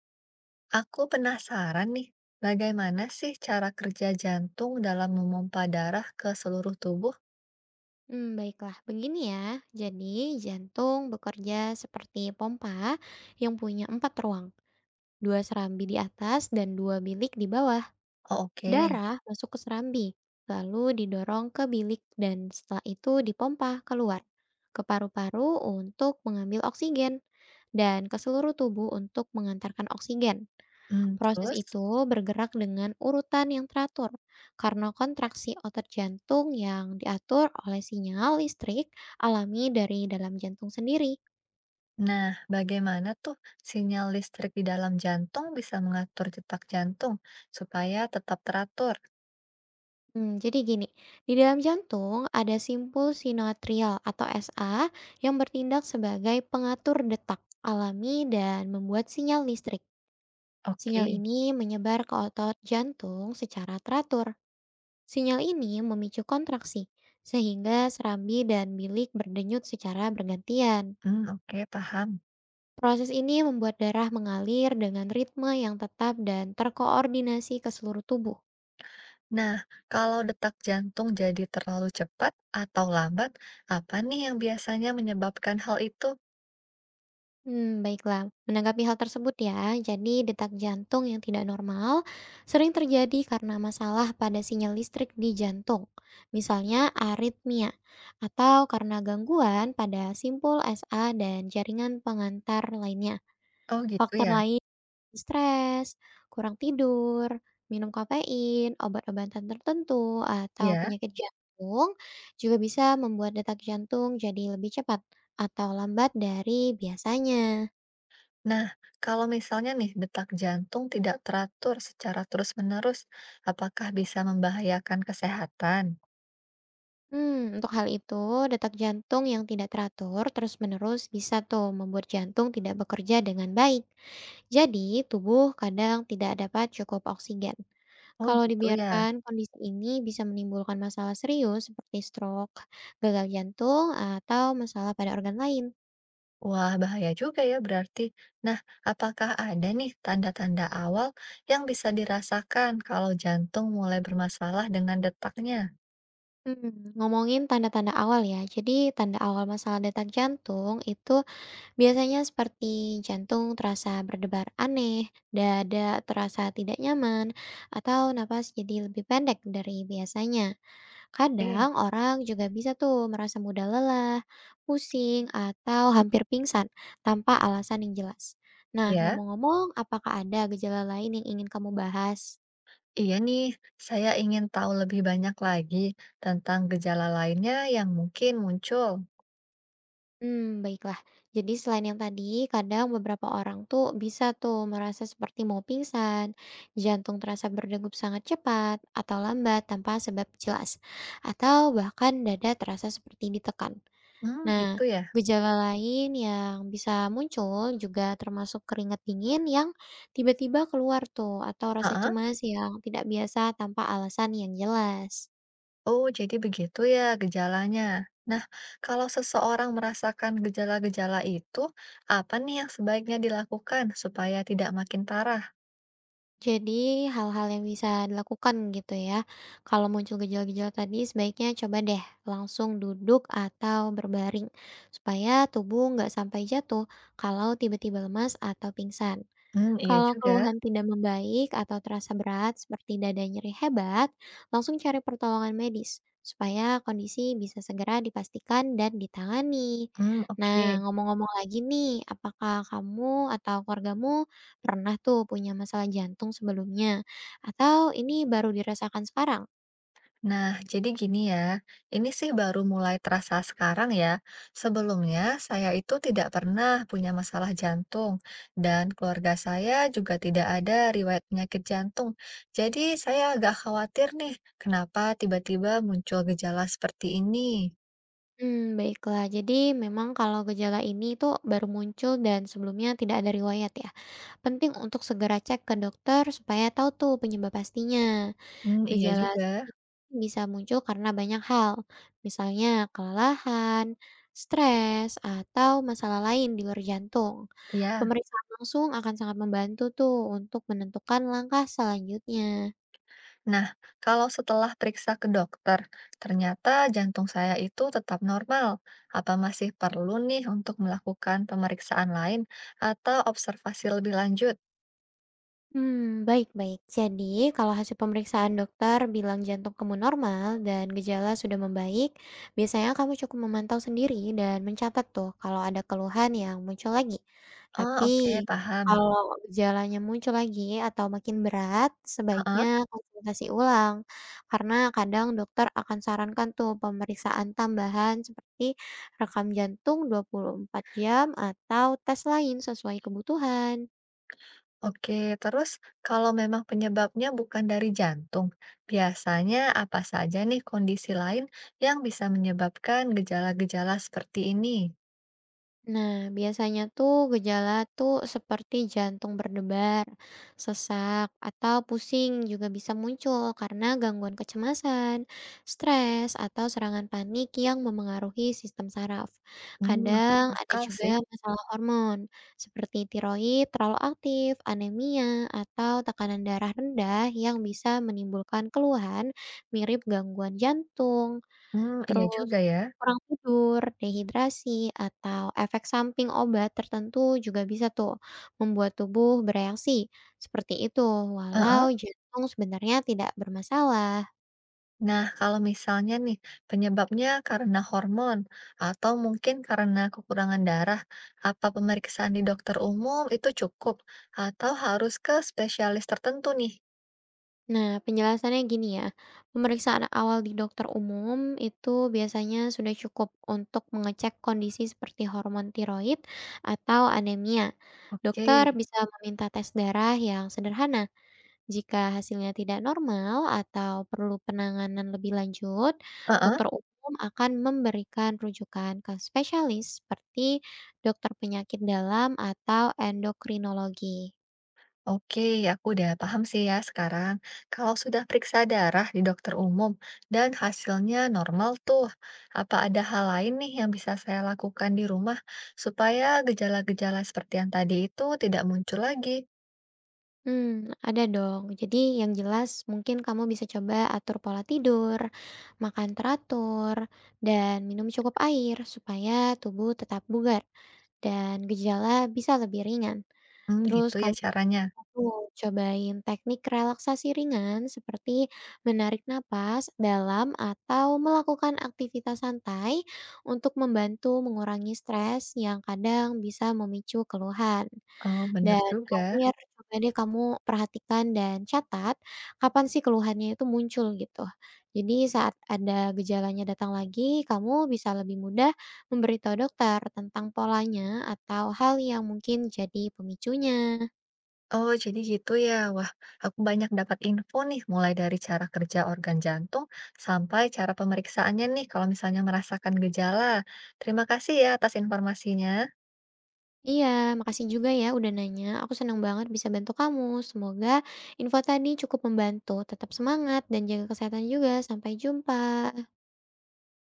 Aku penasaran nih, bagaimana sih cara kerja jantung dalam memompa darah ke seluruh tubuh? Baiklah, begini ya. Jadi, jantung bekerja seperti pompa yang punya empat ruang, dua serambi di atas dan dua bilik di bawah. Oh, oke. Darah masuk ke serambi, lalu didorong ke bilik dan setelah itu dipompa keluar ke paru-paru untuk mengambil oksigen dan ke seluruh tubuh untuk mengantarkan oksigen. Proses Terus? itu bergerak dengan urutan yang teratur karena kontraksi otot jantung yang diatur oleh sinyal listrik alami dari dalam jantung sendiri. Nah, bagaimana tuh sinyal listrik di dalam jantung bisa mengatur detak jantung supaya tetap teratur? Jadi gini, di dalam jantung ada simpul sinoatrial atau SA yang bertindak sebagai pengatur detak alami dan membuat sinyal listrik. Sinyal Oke. ini menyebar ke otot jantung secara teratur. Sinyal ini memicu kontraksi, sehingga serambi dan bilik berdenyut secara bergantian. Hmm, oke, paham. Proses ini membuat darah mengalir dengan ritme yang tetap dan terkoordinasi ke seluruh tubuh. Nah, kalau detak jantung jadi terlalu cepat atau lambat, apa nih yang biasanya menyebabkan hal itu? Baiklah. Menanggapi hal tersebut ya, jadi detak jantung yang tidak normal sering terjadi karena masalah pada sinyal listrik di jantung, misalnya aritmia, atau karena gangguan pada simpul SA dan jaringan pengantar lainnya. Oh, gitu Faktor ya. lain stres, kurang tidur, minum kafein, obat-obatan tertentu, atau Ya. penyakit jantung juga bisa membuat detak jantung jadi lebih cepat atau lambat dari biasanya. Nah, kalau misalnya nih detak jantung tidak teratur secara terus-menerus, apakah bisa membahayakan kesehatan? Untuk hal itu, detak jantung yang tidak teratur terus-menerus bisa tuh membuat jantung tidak bekerja dengan baik. Jadi, tubuh kadang tidak dapat cukup oksigen. Oh Kalau gitu ya. dibiarkan, kondisi ini bisa menimbulkan masalah serius seperti stroke, gagal jantung, atau masalah pada organ lain. Wah, bahaya juga ya berarti. Nah, apakah ada nih tanda-tanda awal yang bisa dirasakan kalau jantung mulai bermasalah dengan detaknya? Ngomongin tanda-tanda awal ya. Jadi, tanda awal masalah detak jantung itu biasanya seperti jantung terasa berdebar aneh, dada terasa tidak nyaman, atau napas jadi lebih pendek dari biasanya. Eh, Kadang orang juga bisa tuh merasa mudah lelah, pusing, atau hampir pingsan tanpa alasan yang jelas. Nah, ya. ngomong-ngomong, apakah ada gejala lain yang ingin kamu bahas? Iya nih, saya ingin tahu lebih banyak lagi tentang gejala lainnya yang mungkin muncul. Baiklah. Jadi selain yang tadi, kadang beberapa orang tuh bisa tuh merasa seperti mau pingsan, jantung terasa berdegup sangat cepat atau lambat tanpa sebab jelas, atau bahkan dada terasa seperti ditekan. Hmm, Nah, gitu ya. gejala lain yang bisa muncul juga termasuk keringat dingin yang tiba-tiba keluar tuh atau rasa Heeh. cemas yang tidak biasa tanpa alasan yang jelas. Oh, jadi begitu ya gejalanya. Nah, kalau seseorang merasakan gejala-gejala itu, apa nih yang sebaiknya dilakukan supaya tidak makin parah? Jadi, hal-hal yang bisa dilakukan gitu ya. Kalau muncul gejala-gejala tadi, sebaiknya coba deh langsung duduk atau berbaring supaya tubuh nggak sampai jatuh kalau tiba-tiba lemas atau pingsan. Hmm, iya Kalau juga. keluhan tidak membaik atau terasa berat seperti dada nyeri hebat, langsung cari pertolongan medis supaya kondisi bisa segera dipastikan dan ditangani. Hmm, Nah, oke. ngomong-ngomong lagi nih, apakah kamu atau keluargamu pernah tuh punya masalah jantung sebelumnya? Atau ini baru dirasakan sekarang? Nah, jadi gini ya, ini sih baru mulai terasa sekarang ya. Sebelumnya saya itu tidak pernah punya masalah jantung dan keluarga saya juga tidak ada riwayat penyakit jantung. Jadi saya agak khawatir nih, kenapa tiba-tiba muncul gejala seperti ini. Baiklah. Jadi memang kalau gejala ini itu baru muncul dan sebelumnya tidak ada riwayat ya. Penting untuk segera cek ke dokter supaya tahu tuh penyebab pastinya. Mmm, iya Gejala juga, seperti ini bisa muncul karena banyak hal, misalnya kelelahan, stres, atau masalah lain di luar jantung. iya. Pemeriksaan langsung akan sangat membantu tuh untuk menentukan langkah selanjutnya. Nah, kalau setelah periksa ke dokter, ternyata jantung saya itu tetap normal, apa masih perlu nih untuk melakukan pemeriksaan lain atau observasi lebih lanjut? Baik, baik. Jadi, kalau hasil pemeriksaan dokter bilang jantung kamu normal dan gejala sudah membaik, biasanya kamu cukup memantau sendiri dan mencatat tuh kalau ada keluhan yang muncul lagi. Oh, Tapi, oke, paham. kalau gejalanya muncul lagi atau makin berat, sebaiknya Heeh, konsultasi ulang, karena kadang dokter akan sarankan tuh pemeriksaan tambahan seperti rekam jantung 24 jam atau tes lain sesuai kebutuhan. oke. Terus kalau memang penyebabnya bukan dari jantung, biasanya apa saja nih kondisi lain yang bisa menyebabkan gejala-gejala seperti ini? Nah, biasanya tuh gejala tuh seperti jantung berdebar, sesak, atau pusing juga bisa muncul karena gangguan kecemasan, stres, atau serangan panik yang memengaruhi sistem saraf. Mmm, masuk Kadang ada akal sih. juga masalah hormon seperti tiroid terlalu aktif, anemia, atau tekanan darah rendah yang bisa menimbulkan keluhan mirip gangguan jantung. Mmm, iya Terus juga ya. kurang tidur, dehidrasi, atau efek samping obat tertentu juga bisa tuh membuat tubuh bereaksi seperti itu, Heeh. walau jantung sebenarnya tidak bermasalah. Nah, kalau misalnya nih penyebabnya karena hormon atau mungkin karena kekurangan darah, apa pemeriksaan di dokter umum itu cukup atau harus ke spesialis tertentu nih? Nah, penjelasannya gini ya, pemeriksaan awal di dokter umum itu biasanya sudah cukup untuk mengecek kondisi seperti hormon tiroid atau anemia. Oke. Dokter bisa meminta tes darah yang sederhana. Jika hasilnya tidak normal atau perlu penanganan lebih lanjut, Heeh. dokter umum akan memberikan rujukan ke spesialis seperti dokter penyakit dalam atau endokrinologi. Oke, aku udah paham sih ya sekarang. Kalau sudah periksa darah di dokter umum dan hasilnya normal tuh, apa ada hal lain nih yang bisa saya lakukan di rumah supaya gejala-gejala seperti yang tadi itu tidak muncul lagi? Ada dong. Jadi yang jelas mungkin kamu bisa coba atur pola tidur, makan teratur, dan minum cukup air supaya tubuh tetap bugar dan gejala bisa lebih ringan. Hmm, Terus gitu ya kamu caranya. betul, cobain teknik relaksasi ringan seperti menarik napas dalam atau melakukan aktivitas santai untuk membantu mengurangi stres yang kadang bisa memicu keluhan. Oh, benar Dan juga. terakhir, coba deh kamu perhatikan dan catat kapan sih keluhannya itu muncul gitu. Jadi saat ada gejalanya datang lagi, kamu bisa lebih mudah memberitahu dokter tentang polanya atau hal yang mungkin jadi pemicunya. Oh, jadi gitu ya. Wah, aku banyak dapat info nih, mulai dari cara kerja organ jantung sampai cara pemeriksaannya nih, kalau misalnya merasakan gejala. Terima kasih ya atas informasinya. Iya, makasih juga ya udah nanya. Aku senang banget bisa bantu kamu. Semoga info tadi cukup membantu. Tetap semangat dan jaga kesehatan juga. Sampai jumpa.